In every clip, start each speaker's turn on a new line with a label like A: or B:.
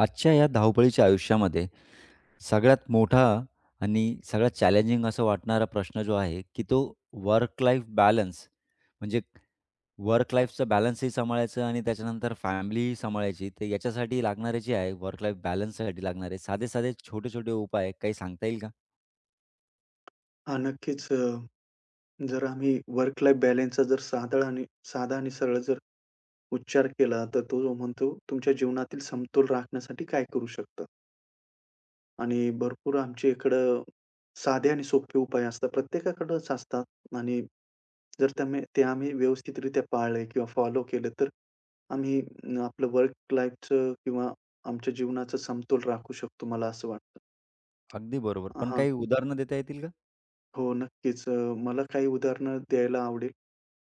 A: आजच्या या धावपळीच्या आयुष्यामध्ये सगळ्यात मोठा आणि सगळ्यात चॅलेंजिंग असं वाटणारा प्रश्न जो आहे, की तो वर्क लाईफ बॅलन्स म्हणजे वर्क लाईफचं बॅलन्सही सांभाळायचं आणि त्याच्यानंतर फॅमिलीही सांभाळायची. तर याच्यासाठी लागणारे जे आहे वर्क लाईफ बॅलन्ससाठी लागणारे साधे-साधे, छोटे-छोटे उपाय काही सांगता येईल का?
B: हां, नक्कीच. जर आम्ही वर्क लाईफ बॅलन्सचा साधळ आणि साधा आणि सरळ जर उच्चार केला, तर तो म्हणतो, तुमच्या जीवनातील समतोल राखण्यासाठी काय करू शकता? आणि भरपूर आमच्या इकडं साधे आणि सोपे उपाय असतात. प्रत्येकाकडंच असतात आणि जर त्यामे ते आम्ही व्यवस्थितरित्या पाळले किंवा फॉलो केले, तर आम्ही आपलं वर्क लाईफचं किंवा आमच्या जीवनाचा समतोल राखू शकतो, मला असं वाटतं.
A: अगदी बरोबर. पण
B: हां.
A: काही उदाहरणं देता येतील का?
B: हो, नक्कीच. मला काही उदाहरणं द्यायला आवडेल.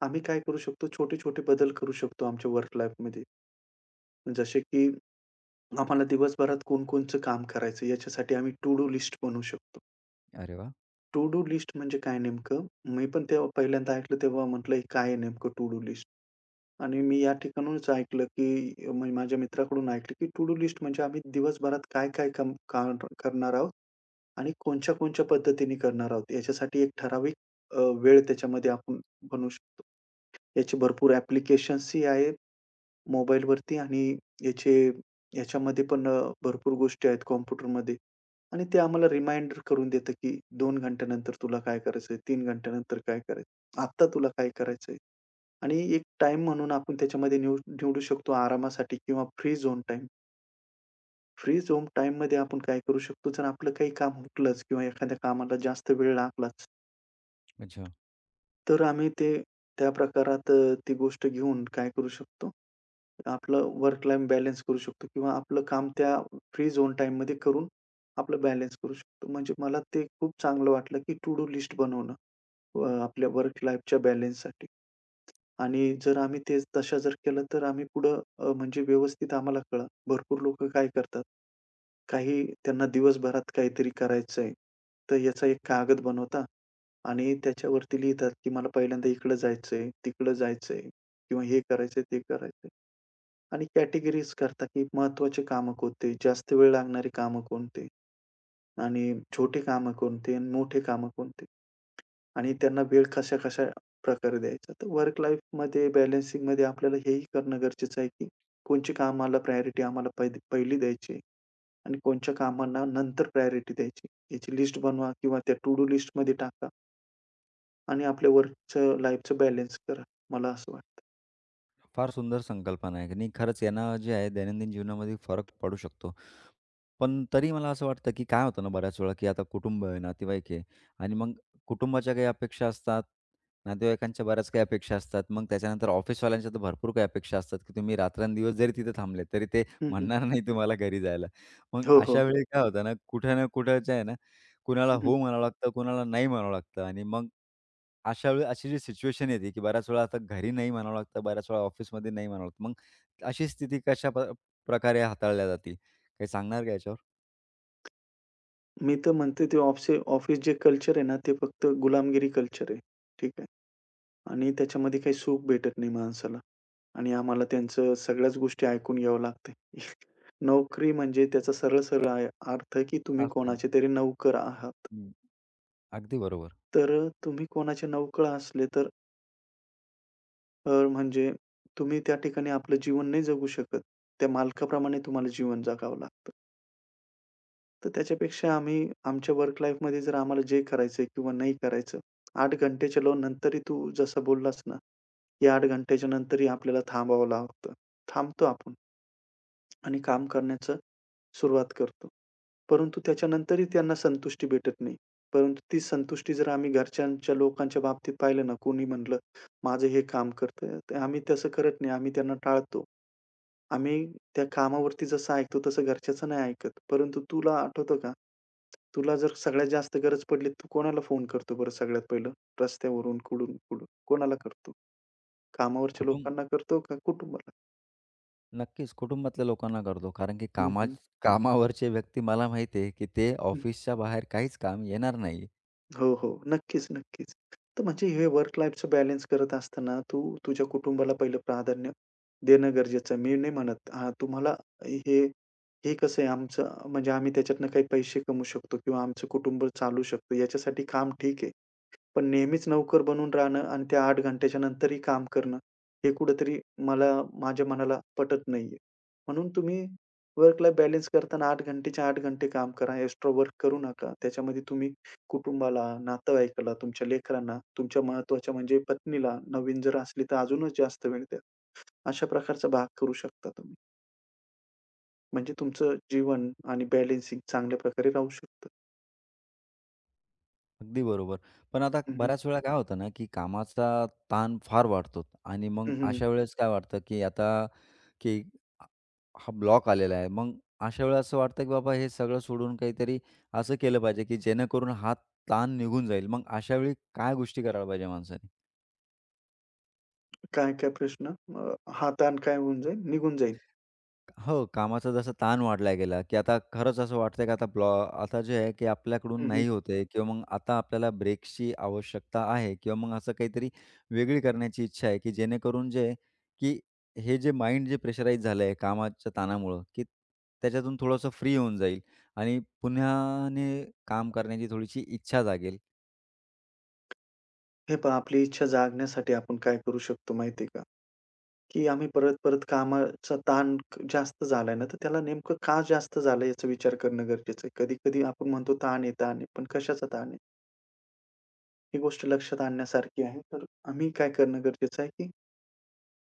B: आम्ही काय करू शकतो, छोटे-छोटे बदल करू शकतो आमच्या वर्क लाईफमध्ये. जसे की आम्हाला दिवसभरात कोण काम करायचं याच्यासाठी आम्ही टू डू लिस्ट बनवू शकतो.
A: अरे वाह!
B: टू डू लिस्ट म्हणजे काय नेमकं? मी पण तेव्हा पहिल्यांदा ऐकलं तेव्हा म्हटलं, "काय आहे नेमकं टू डू लिस्ट?" आणि मी या ठिकाणाहूनच ऐकलं, की मी माझ्या मित्राकडून ऐकलं, की टू डू लिस्ट म्हणजे आम्ही दिवसभरात काय-काय कम काम काम करणार आहोत आणि कोणत्या-कोणत्या पद्धतीने करणार आहोत. याच्यासाठी एक ठराविक वेळ त्याच्यामध्ये आपण बनवू शकतो. याचे भरपूर ॲप्लिकेशन्सही आहेत मोबाईलवरती आणि याचे याच्यामध्ये पण भरपूर गोष्टी आहेत कॉम्प्युटरमध्ये आणि ते आम्हाला रिमाइंडर करून देतं, की दोन घंट्यानंतर तुला काय करायचंय, 3 घंट्यानंतर काय करायचं, आत्ता तुला काय करायचंय आणि एक टाईम म्हणून आपण त्याच्यामध्ये निवडू शकतो आरामासाठी किंवा free zone time. Free zone टाईममध्ये आपण काय करू शकतो, जर आपलं काही काम हुकलंच किंवा एखाद्या कामाला जास्त वेळ लागलाच,
A: अच्छा.
B: तर आम्ही ते त्या प्रकारात ती गोष्ट घेऊन काय करू शकतो, आपलं वर्क लाईफ बॅलन्स करू शकतो किंवा आपलं काम त्या फ्री झोन टाईममध्ये करून आपलं बॅलन्स करू शकतो. म्हणजे मला ते खूप चांगलं वाटलं, की टू डू लिस्ट बनवणं आपल्या वर्क लाईफच्या बॅलन्ससाठी. आणि जर आम्ही ते तशा जर केलं, तर आम्ही पुढं म्हणजे व्यवस्थित आम्हाला कळलं. भरपूर लोकं काय करतात, काही त्यांना दिवसभरात काहीतरी करायचंय, तर याचा एक कागद बनवता आणि त्याच्यावरती लिहितात, की मला पहिल्यांदा इकडं जायचंय, तिकडं जायचंय किंवा हे करायचंय, ते करायचंय आणि कॅटेगरीज करतात, की महत्त्वाची कामं कोणते, जास्त वेळ लागणारी कामं कोणते आणि छोटी कामं कोणते आणि मोठे कामं कोणते आणि त्यांना वेळ कशा-कशा प्रकारे द्यायचा. तर वर्क लाईफमध्ये बॅलन्सिंगमध्ये आपल्याला हेही करणं गरजेचं आहे, की कोणची कामाला प्रायोरिटी आम्हाला पहिली पहिली द्यायची आणि कोणच्या कामांना नंतर प्रायोरिटी द्यायची. याची लिस्ट बनवा किंवा त्या टू डू लिस्टमध्ये टाका. आणि आपल्या वर्कचं लाईफचं बॅलन्स करा. मला असं वाटतं.
A: फार सुंदर संकल्पना आहे आणि खरंच यानं जे आहे दैनंदिन जीवनामध्ये फरक पडू शकतो. पण तरी मला असं वाटतं, की काय होतं ना बऱ्याच वेळा, की आता कुटुंब आहे, नातेवाईक आहे आणि मग कुटुंबाच्या काही अपेक्षा असतात, नातेवाईकांच्या बऱ्याच काही अपेक्षा असतात. मग त्याच्यानंतर ऑफिसवाल्यांच्या तर भरपूर काही अपेक्षा असतात, की तुम्ही रात्रंदिवस जरी तिथे थांबले, तरी ते
B: हं, हं.
A: म्हणणार नाही तुम्हाला घरी जायला. मग
B: हो, हो.
A: अशा वेळी काय होतं ना, कुठे ना कुठे जे आहे ना, कुणाला
B: हं, हं.
A: हो म्हणावं लागतं, कुणाला नाही म्हणावं लागतं आणि मग अशा वेळी अशी जी सिच्युएशन येते, की बऱ्याच वेळा आता घरी नाही म्हणावं लागतं, बऱ्याच वेळा ऑफिसमध्ये नाही म्हणावं लागतं. मग अशी स्थिती कशा प प्रकारे हाताळल्या जाते? काही सांगणार का याच्यावर?
B: मी तर म्हणतो ते ऑफिस ऑफिस जे कल्चर आहे ना, ते फक्त गुलामगिरी कल्चर आहे. ठीक आहे. आणि त्याच्यामध्ये काही सुख भेटत नाही माणसाला आणि आम्हाला त्यांचं सगळ्याच गोष्टी ऐकून घ्यावं लागते. नोकरी म्हणजे त्याचा सरळ-सरळ आहे अर्थ, की तुम्ही
A: अग
B: कोणाचे तरी नोकर आहात.
A: हं, अगदी बरोबर.
B: तर तुम्ही कोणाचे नोकर असले तर म्हणजे तुम्ही त्या ठिकाणी आपलं जीवन नाही जगू शकत. त्या मालकाप्रमाणे तुम्हाला जीवन जगावं लागतं. तर त्याच्यापेक्षा आम्ही आमच्या वर्क लाईफमध्ये जर आम्हाला जे करायचंय किंवा नाही करायचं, 8 घंटेच्या लोन नंतरही तू जसं बोललास ना, या 8 घंट्याच्या नंतरही आपल्याला थांबावं लागतं. थांबतो आपण. आणि काम करण्याचं सुरुवात करतो. परंतु त्याच्यानंतरही त्यांना संतुष्टी भेटत नाही. परंतु ती संतुष्टी जर आम्ही घरच्यांच्या लोकांच्या बाबतीत पाहिलं ना, कोणी म्हटलं, "माझं हे काम करतंय." तर आम्ही तसं करत नाही. आम्ही त्यांना टाळतो. आम्ही त्या कामावरती जसं ऐकतो तसं घरच्याचं नाही ऐकत. परंतु तुला आठवतं का? तुला जर सगळ्यात जास्त गरज पडली, तू कोणाला फोन करतो बरं सगळ्यात पहिलं? रस्त्यावरून कुठून, कुठून कोणाला करतो? कामावरच्या
A: कुटुंब
B: लोकांना करतो का कुटुंबाला?
A: नक्कीच कुटुंबातल्या लोकांना करतो. कारण की
B: हं,
A: कामा
B: हं.
A: कामावरचे व्यक्ती मला माहिती आहे, की ते ऑफिसच्या बाहेर काहीच काम येणार नाही.
B: हो, हो. नक्कीच, नक्कीच. तर म्हणजे हे वर्क लाईफचं बॅलन्स करत असताना तू तुझ्या कुटुंबाला पहिलं प्राधान्य देणं गरजेचं आहे. मी नाही म्हणत हां, तुम्हाला हे हे कसं आहे आमचं, म्हणजे आम्ही त्याच्यातनं काही पैसे कमवू शकतो किंवा आमचं कुटुंब चालू शकतो याच्यासाठी काम ठीक आहे. पण नेहमीच नोकर बनून राहणं आणि त्या 8 घंट्याच्या नंतरही काम करणं, हे कुठेतरी मला माझ्या मनाला पटत नाहीये. म्हणून तुम्ही वर्क लाईफ बॅलन्स करताना 8 घंटे काम करा. एक्स्ट्रा वर्क करू नका. त्याच्यामध्ये तुम्ही कुटुंबाला, नातेवाईकाला, तुमच्या लेकरांना, तुमच्या महत्त्वाच्या म्हणजे पत्नीला, नवीन जर असली तर अजूनच जास्त वेळ द्या. अशा प्रकारचा भाग करू शकता तुम्ही. म्हणजे तुमचं जीवन आणि बॅलन्सिंग चांगल्या प्रकारे राहू शकतं.
A: अगदी बरोबर. पण आता
B: हं, हं.
A: बऱ्याच वेळा काय होतं ना, की कामाचा ताण फार वाढतो आणि मग
B: हं, हं.
A: अशा वेळेस काय वाटतं, की हा ब्लॉक आलेला आहे. मग अशा वेळेला असं वाटतं, की बाबा हे सगळं सोडून काहीतरी असं केलं पाहिजे, की जेणेकरून हा ताण निघून जाईल. मग अशा वेळी काय गोष्टी करायला पाहिजे माणसाने?
B: काय-काय प्रश्न? अ, हा ताण काय होऊन जाईल? निघून जाईल.
A: हो, कामाचा जसा ताण वाढला गेला, की आता खरंच असं वाटतंय की आता जे आहे की आपल्याकडून
B: हं, हं.
A: नाही होतंय किंवा मग आता आपल्याला ब्रेक्सची आवश्यकता आहे किंवा मग असं काहीतरी वेगळी करण्याची इच्छा आहे, की जेणेकरून जे आहे की हे जे माइंड जे प्रेशराईज झालंय कामाच्या ताणामुळं, की त्याच्यातून थोडंसं फ्री होऊन जाईल आणि पुन्हाने काम करण्याची थोडीशी इच्छा जागेल.
B: हे पहा, आपली इच्छा जागण्यासाठी आपण काय करू शकतो माहिती आहे का, की आम्ही परत-परत कामाचा ताण जास्त झालाय ना, तर त्याला नेमकं का जास्त झालंय याचा विचार करणं गरजेचं आहे. कधी-कधी आपण म्हणतो ताण आहे, ताण आहे. पण कशाचा ताण आहे? ही गोष्ट लक्षात आणण्यासारखी आहे. तर आम्ही काय करणं गरजेचं आहे, की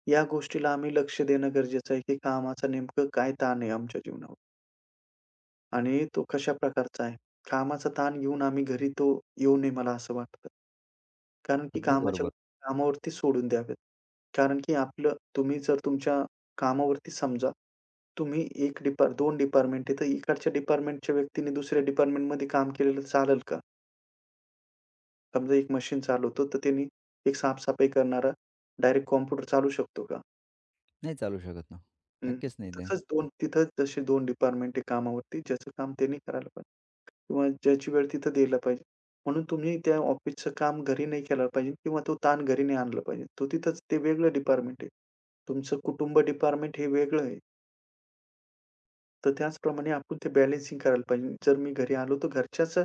B: या गोष्टीला आम्ही लक्ष देणं गरजेचं आहे, की कामाचा नेमकं काय ताण आहे आमच्या जीवनावर. आणि तो कशा प्रकारचा आहे? कामाचा ताण घेऊन आम्ही घरी तो येऊ नये, मला असं वाटतं. कारण की
A: अगदी
B: कामाच्या
A: बरोबर.
B: गोष्टी कामावरती सोडून द्याव्यात. कारण की आपलं तुम्ही जर तुमच्या कामावरती समजा, तुम्ही एक 2 डिपार्टमेंट आहे, तर इकडच्या डिपार्टमेंटच्या व्यक्तीने दुसऱ्या डिपार्टमेंटमध्ये काम केलेलं चालेल का? समजा एक मशीन चालवतो, तर त्यांनी एक साफसफाई करणारा डायरेक्ट कॉम्प्युटर चालवू शकतो का?
A: नाही चालू शकत ना.
B: हं.
A: नक्कीच नाही ते.
B: तसंच 2 तिथं जसे 2 डिपार्टमेंट आहे कामावरती, ज्याचं काम त्यांनी करायला पाहिजे किंवा ज्याची वेळ तिथं द्यायला पाहिजे. म्हणून तुम्ही त्या ऑफिसचं काम घरी नाही केलं पाहिजे किंवा तो ताण घरी नाही आणला पाहिजे. तो तिथंच, ते वेगळं डिपार्टमेंट आहे. तुमचं कुटुंब डिपार्टमेंट हे वेगळं आहे. तर त्याचप्रमाणे आपण ते बॅलन्सिंग करायला पाहिजे. जर मी घरी आलो तर घरच्याच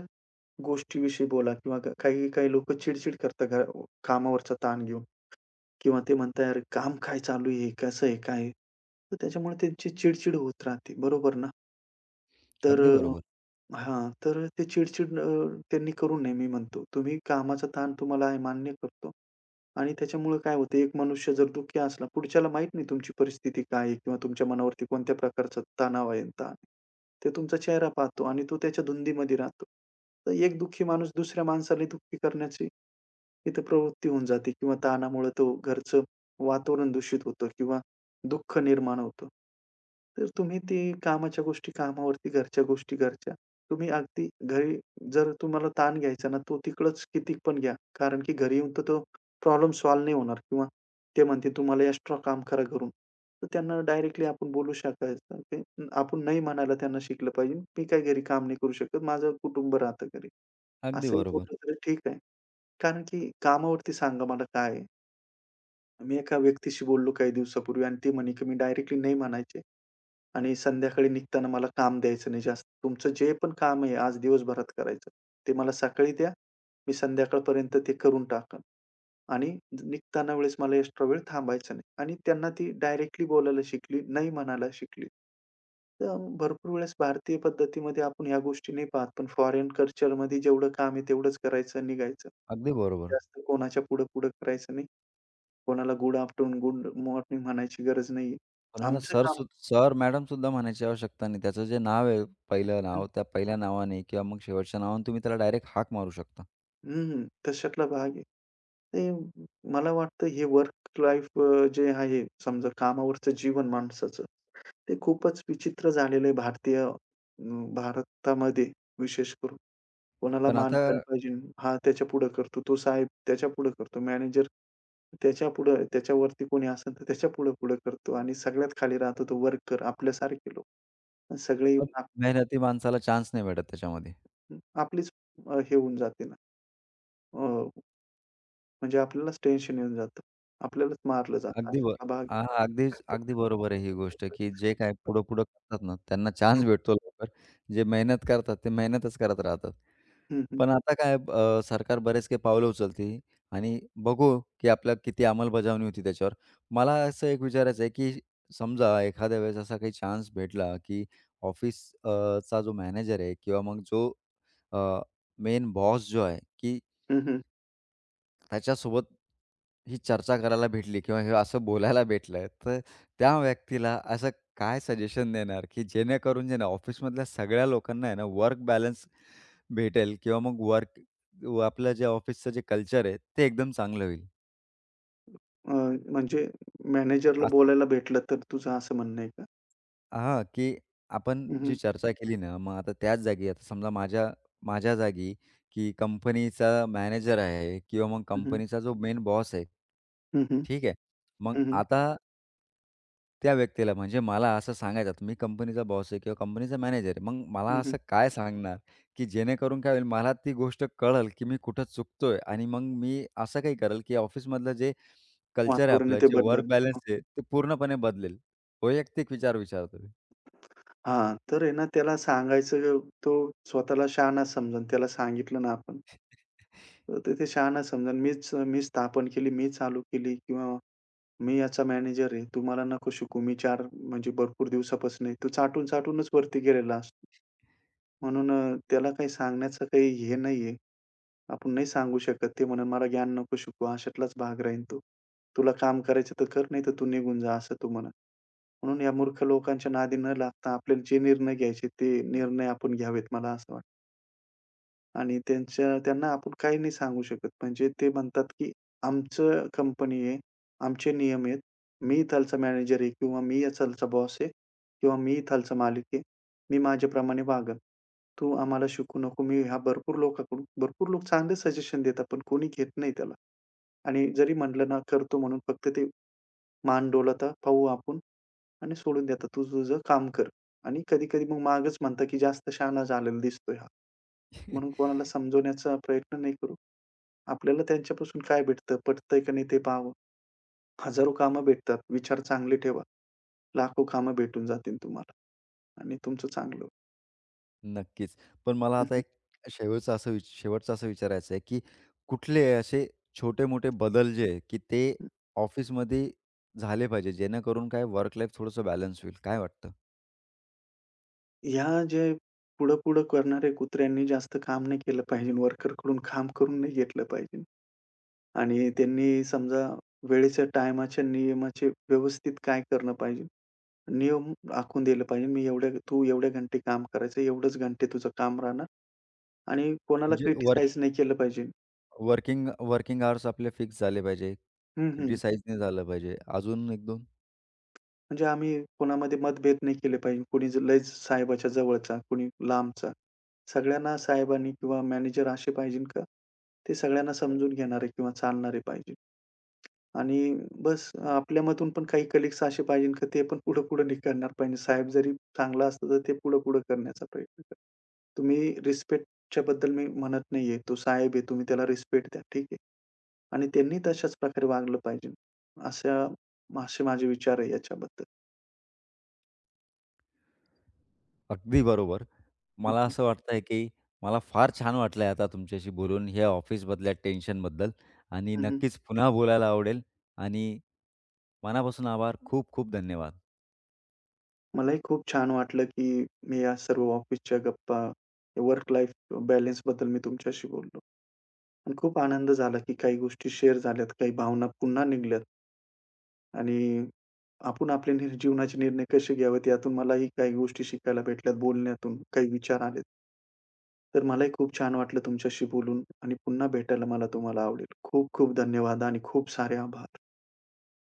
B: गोष्टीविषयी बोला किंवा काही काही लोकं चिड-चिड करतात कामावरचा ताण घेऊन. किंवा ते म्हणतात, "अरे, काम काय चालू आहे? कसं आहे? काय आहे?" तर त्याच्यामुळे त्यांची चिड होत राहते. बरोबर ना? तर
A: अगदी बरोबर.
B: अ, तर ते चिड-चिड त्यांनी करू नये मी म्हणतो. तुम्ही कामाचा ताण तुम्हाला आहे मान्य करतो आणि त्याच्यामुळं काय होतं, एक मनुष्य जर दुःखी असला, पुढच्याला माहीत नाही तुमची परिस्थिती काय आहे किंवा तुमच्या मनावरती कोणत्या प्रकारचा तणाव आहे आणि ताण आहे. ते तुमचा चेहरा पाहतो आणि तो त्याच्या धुंदीमध्ये राहतो. तर एक दुःखी माणूस दुसऱ्या माणसाला दुःखी करण्याची तिथं प्रवृत्ती होऊन जाते किंवा ताणामुळे तो घरचं वातावरण दूषित होतं किंवा दुःख निर्माण होतं. तर तुम्ही ते कामाच्या गोष्टी कामावरती, घरच्या गोष्टी घरच्या. तुम्ही अगदी घरी जर तुम्हाला ताण घ्यायचा ना, तो तिकडंच किती पण घ्या. कारण की घरी येऊन तर तो प्रॉब्लेम सॉल्व्ह नाही होणार किंवा ते म्हणतील तुम्हाला एक्स्ट्रा काम करा घरून. तर त्यांना डायरेक्टली आपण बोलू शकायचं, ते आपण नाही म्हणायला त्यांना शिकलं पाहिजे. मी काही घरी काम नाही करू शकत. माझं कुटुंब राहतं घरी.
A: अगदी
B: असंही बोललं
A: बरोबर.
B: तरी ठीक आहे. कारण की कामावरती सांगा, मला काय आहे? मी एका व्यक्तीशी बोललो काही दिवसापूर्वी आणि ती म्हणे, की मी डायरेक्टली नाही म्हणायचे आणि संध्याकाळी निघताना मला काम द्यायचं नाही जास्त. तुमचं जे पण काम आहे आज दिवसभरात करायचं, ते मला सकाळी द्या. मी संध्याकाळपर्यंत ते करून टाकन आणि निघताना वेळेस मला एक्स्ट्रा वेळ थांबायचा नाही. आणि त्यांना ती डायरेक्टली बोलायला शिकली, नाही म्हणायला शिकली. तर भरपूर वेळेस भारतीय पद्धतीमध्ये आपण ह्या गोष्टी नाही पाहत, पण फॉरेन कल्चरमध्ये जेवढं काम आहे तेवढंच करायचं, निघायचं.
A: अगदी बरोबर.
B: जास्त कोणाच्या पुढं-पुढं करायचं नाही. कोणाला गुड आफ्टरनून, गुड मॉर्निंग म्हणायची गरज नाहीये.
A: कोणाला
B: आमचं काम
A: सर, मॅडम सुद्धा म्हणायची आवश्यकता नाही. त्याचं जे नाव आहे, पहिलं नाव, त्या पहिल्या नावाने किंवा मग शेवटच्या नावाने तुम्ही त्याला डायरेक्ट हाक मारू शकता.
B: हं, तशातला भाग आहे. ते मला वाटतं हे वर्क लाईफ जे आहे समजा कामावरचं जीवन माणसाचं, ते खूपच विचित्र झालेलं आहे भारतीय भारतामध्ये विशेष करून. कोणाला
A: पण
B: मान
A: आता
B: पाहिजे. हा त्याच्यापुढं करतो, तो साहेब त्याच्यापुढं करतो, मॅनेजर त्याच्यापुढं, त्याच्यावरती कोणी असेल तर त्याच्या पुढं-पुढं करतो आणि सगळ्यात खाली राहतो तो वर्कर, आपल्यासारखे लोक. आणि सगळे
A: अप
B: येऊन
A: मेहनती माणसाला चान्स नाही भेटत त्याच्यामध्ये.
B: आपलीच हे होऊन जाते ना, अ, म्हणजे आपल्यालाच टेन्शन येऊन जातं. आपल्यालाच मारलं जातं
A: अगदी ब
B: अशातला भाग आहे.
A: हां, हां. अगदी बरोबर आहे ही गोष्ट, की जे काय पुढं-पुढं करतात ना, त्यांना चान्स भेटतो लवकर. जे मेहनत करतात, ते मेहनतच करत राहतात.
B: हं, हं.
A: पण आता सरकार बरेच काही पावलं उचलते आणि बघू, की आपल्या किती अंमलबजावणी होती त्याच्यावर. मला असं एक विचारायचं आहे, की समजा एखाद्या वेळेस असा काही चान्स भेटला, की चा जो मॅनेजर आहे किंवा मग जो अ, मेन बॉस जो आहे, की
B: हं, हं.
A: त्याच्यासोबत ही चर्चा करायला भेटली किंवा हे असं बोलायला भेटलं, तर त्या व्यक्तीला असं काय सजेशन देणार, की जेणेकरून जे ना ऑफिसमधल्या सगळ्या लोकांना आहे ना वर्क बॅलन्स भेटेल किंवा मग वर्क आपलं जे ऑफिसचं जे कल्चर आहे ते एकदम चांगलं होईल.
B: अ, म्हणजे मॅनेजरला
A: असं
B: बोलायला भेटलं तर तुझं असं म्हणणं आहे का?
A: हां, की आपण
B: हं,
A: जी
B: हं.
A: चर्चा केली ना, मग आता त्याच जागी आता समजा माझ्या माझ्या जागी, की कंपनीचा मॅनेजर आहे किंवा मग
B: हं, हं.
A: कंपनीचा जो मेन बॉस आहे
B: हं, हं.
A: ठीक आहे. मग
B: हं, हं.
A: आता त्या व्यक्तीला म्हणजे मला असं सांगायचं आता मी कंपनीचा बॉस आहे किंवा कंपनीचा मॅनेजर आहे. मग मला
B: हं,
A: असं काय सांगणार, की जेणेकरून काय होईल मला ती गोष्ट कळेल, की मी कुठं चुकतोय आणि मग मी असं काही करेल, की ऑफिसमधलं जे कल्चर आहे
B: वातावरण
A: आपलं,
B: ते
A: जे वर्क बॅलन्स
B: बदलत.
A: आहे, ते पूर्णपणे बदलेल. वैयक्तिक विचार विचारतो मी.
B: हां, तर आहे ना त्याला सांगायचं, तो स्वतःला शहाणा समजन त्याला सांगितलं ना आपण, तर ते ते शहाणा समजन मीच मीच स्थापन केली, मी चालू केली किंवा मी याचा मॅनेजर आहे. तू मला नको शिकवू. मी चार म्हणजे भरपूर दिवसापासून आहे. तो चाटून-चाटूनच वरती गेलेला असतो. म्हणून त्याला काही सांगण्याचं काही हे नाहीये. आपण नाही सांगू शकत. ते म्हणेल, "मला ज्ञान नको शिकवू." अशातलाच भाग राहील तो. "तुला काम करायचं तर कर, नाही तर तू निघून जा," असं तो म्हणेल. म्हणून या मूर्ख लोकांच्या नादी न लागता आपल्याला जे निर्णय घ्यायचे ते निर्णय आपण घ्यावेत, मला असं. आणि त्यांच्या त्यांना आपण काही नाही सांगू शकत. म्हणजे ते म्हणतात, की आमचं कंपनी आहे, आमचे नियम आहेत. मी इथलचा मॅनेजर आहे किंवा मी इथलचा बॉस आहे किंवा मी इथलचा मालिक आहे. मी माझ्याप्रमाणे वागेल. तू आम्हाला शिकवू नको. मी ह्या भरपूर लोकांकडून, भरपूर लोक चांगले सजेशन देतात, पण कोणी घेत नाही त्याला. आणि जरी म्हटलं ना, करतो म्हणून फक्त ते मान डोलावता, पाहू आपण आणि सोडून देतात. "तू तुझं काम कर." आणि कधी-कधी मग मागेच म्हणतात, की "जास्त शहाणा झालेला दिसतोय हा." म्हणून कोणाला समजवण्याचा प्रयत्न नाही करू. आपल्याला त्यांच्यापासून काय भेटतं, पटतंय का नाही ते पहावं. हजारो कामं भेटतात. विचार चांगले ठेवा. लाखो कामं भेटून जातील तुम्हाला आणि तुमचं चांगलं होईल.
A: नक्कीच. पण मला
B: हं,
A: आता
B: हं.
A: एक शेवटचं असं विचारायचं आहे, की कुठले असे छोटे-मोठे बदल जे आहे, की ते ऑफिसमध्ये झाले पाहिजे, जेणेकरून काय वर्क लाईफ थोडंसं बॅलन्स होईल, काय वाटतं?
B: ह्या जे पुढं-पुढं करणाऱ्या कुत्र्यांनी जास्त काम नाही केलं पाहिजे. वर्करकडून काम करून नाही घेतलं पाहिजे आणि त्यांनी समजा वेळेच्या टायमाच्या नियमाचे व्यवस्थित काय करणं पाहिजे, नियम आखून दिलं पाहिजे. मी एवढ्या तू एवढ्या घंटे काम करायचं, एवढेच घंटे तुझं काम राहणार आणि कोणाला
A: म्हणजे
B: क्रिटिसाइज नाही केलं पाहिजे.
A: वर्किंग अवर्स आपले फिक्स झाले पाहिजे,
B: हं, हं.
A: क्रिटिसाइज नाही झालं पाहिजे. अजून 1-2
B: म्हणजे आम्ही कोणामध्ये मतभेद नाही केले पाहिजे. कोणी लयच साहेबाच्या जवळचा, कोणी लांबचा. सगळ्यांना साहेबांनी किंवा मॅनेजर असे पाहिजे का, ते सगळ्यांना समजून घेणारे किंवा चालणारे पाहिजे. आणि बस आपल्यामधून पण काही कलीग्स असे पाहिजे का, ते पण पुढे-पुढे करणार पाहिजे. साहेब जरी चांगला असला तर ते पुढे-पुढे करण्याचा प्रयत्न करा. तुम्ही रिस्पेक्टच्या बद्दल मी म्हणत नाहीये. तो साहेब आहे, तुम्ही त्याला रिस्पेक्ट द्या. ठीक आहे. आणि त्यांनी तशाच प्रकारे वागलं पाहिजे. अशा, असे माझे विचार आहे याच्याबद्दल.
A: अगदी बरोबर.
B: हं,
A: मला
B: हं.
A: असं वाटतंय, की मला फार छान वाटलंय आता तुमच्याशी बोलून ह्या ऑफिसमधल्या टेन्शनबद्दल आणि
B: हं, हं.
A: नक्कीच पुन्हा बोलायला आवडेल आणि मनापासून आभार. खूप खूप धन्यवाद.
B: मलाही खूप छान वाटलं, की मी या सर्व ऑफिसच्या गप्पा, वर्क लाईफ बॅलन्सबद्दल मी तुमच्याशी बोललो आणि खूप आनंद झाला, की काही गोष्टी शेअर झाल्यात, काही भावना पुन्हा निघाल्यात. आणि आपण आपले जीवनाचे निर्णय कसे घ्यावेत यातून मलाही काही गोष्टी शिकायला भेटल्यात बोलण्यातून, काही विचार आलेत. तर मलाही खूप छान वाटलं तुमच्याशी बोलून आणि पुन्हा भेटायला मला तुम्हाला आवडेल. खूप खूप धन्यवाद आणि खूप सारे आभार.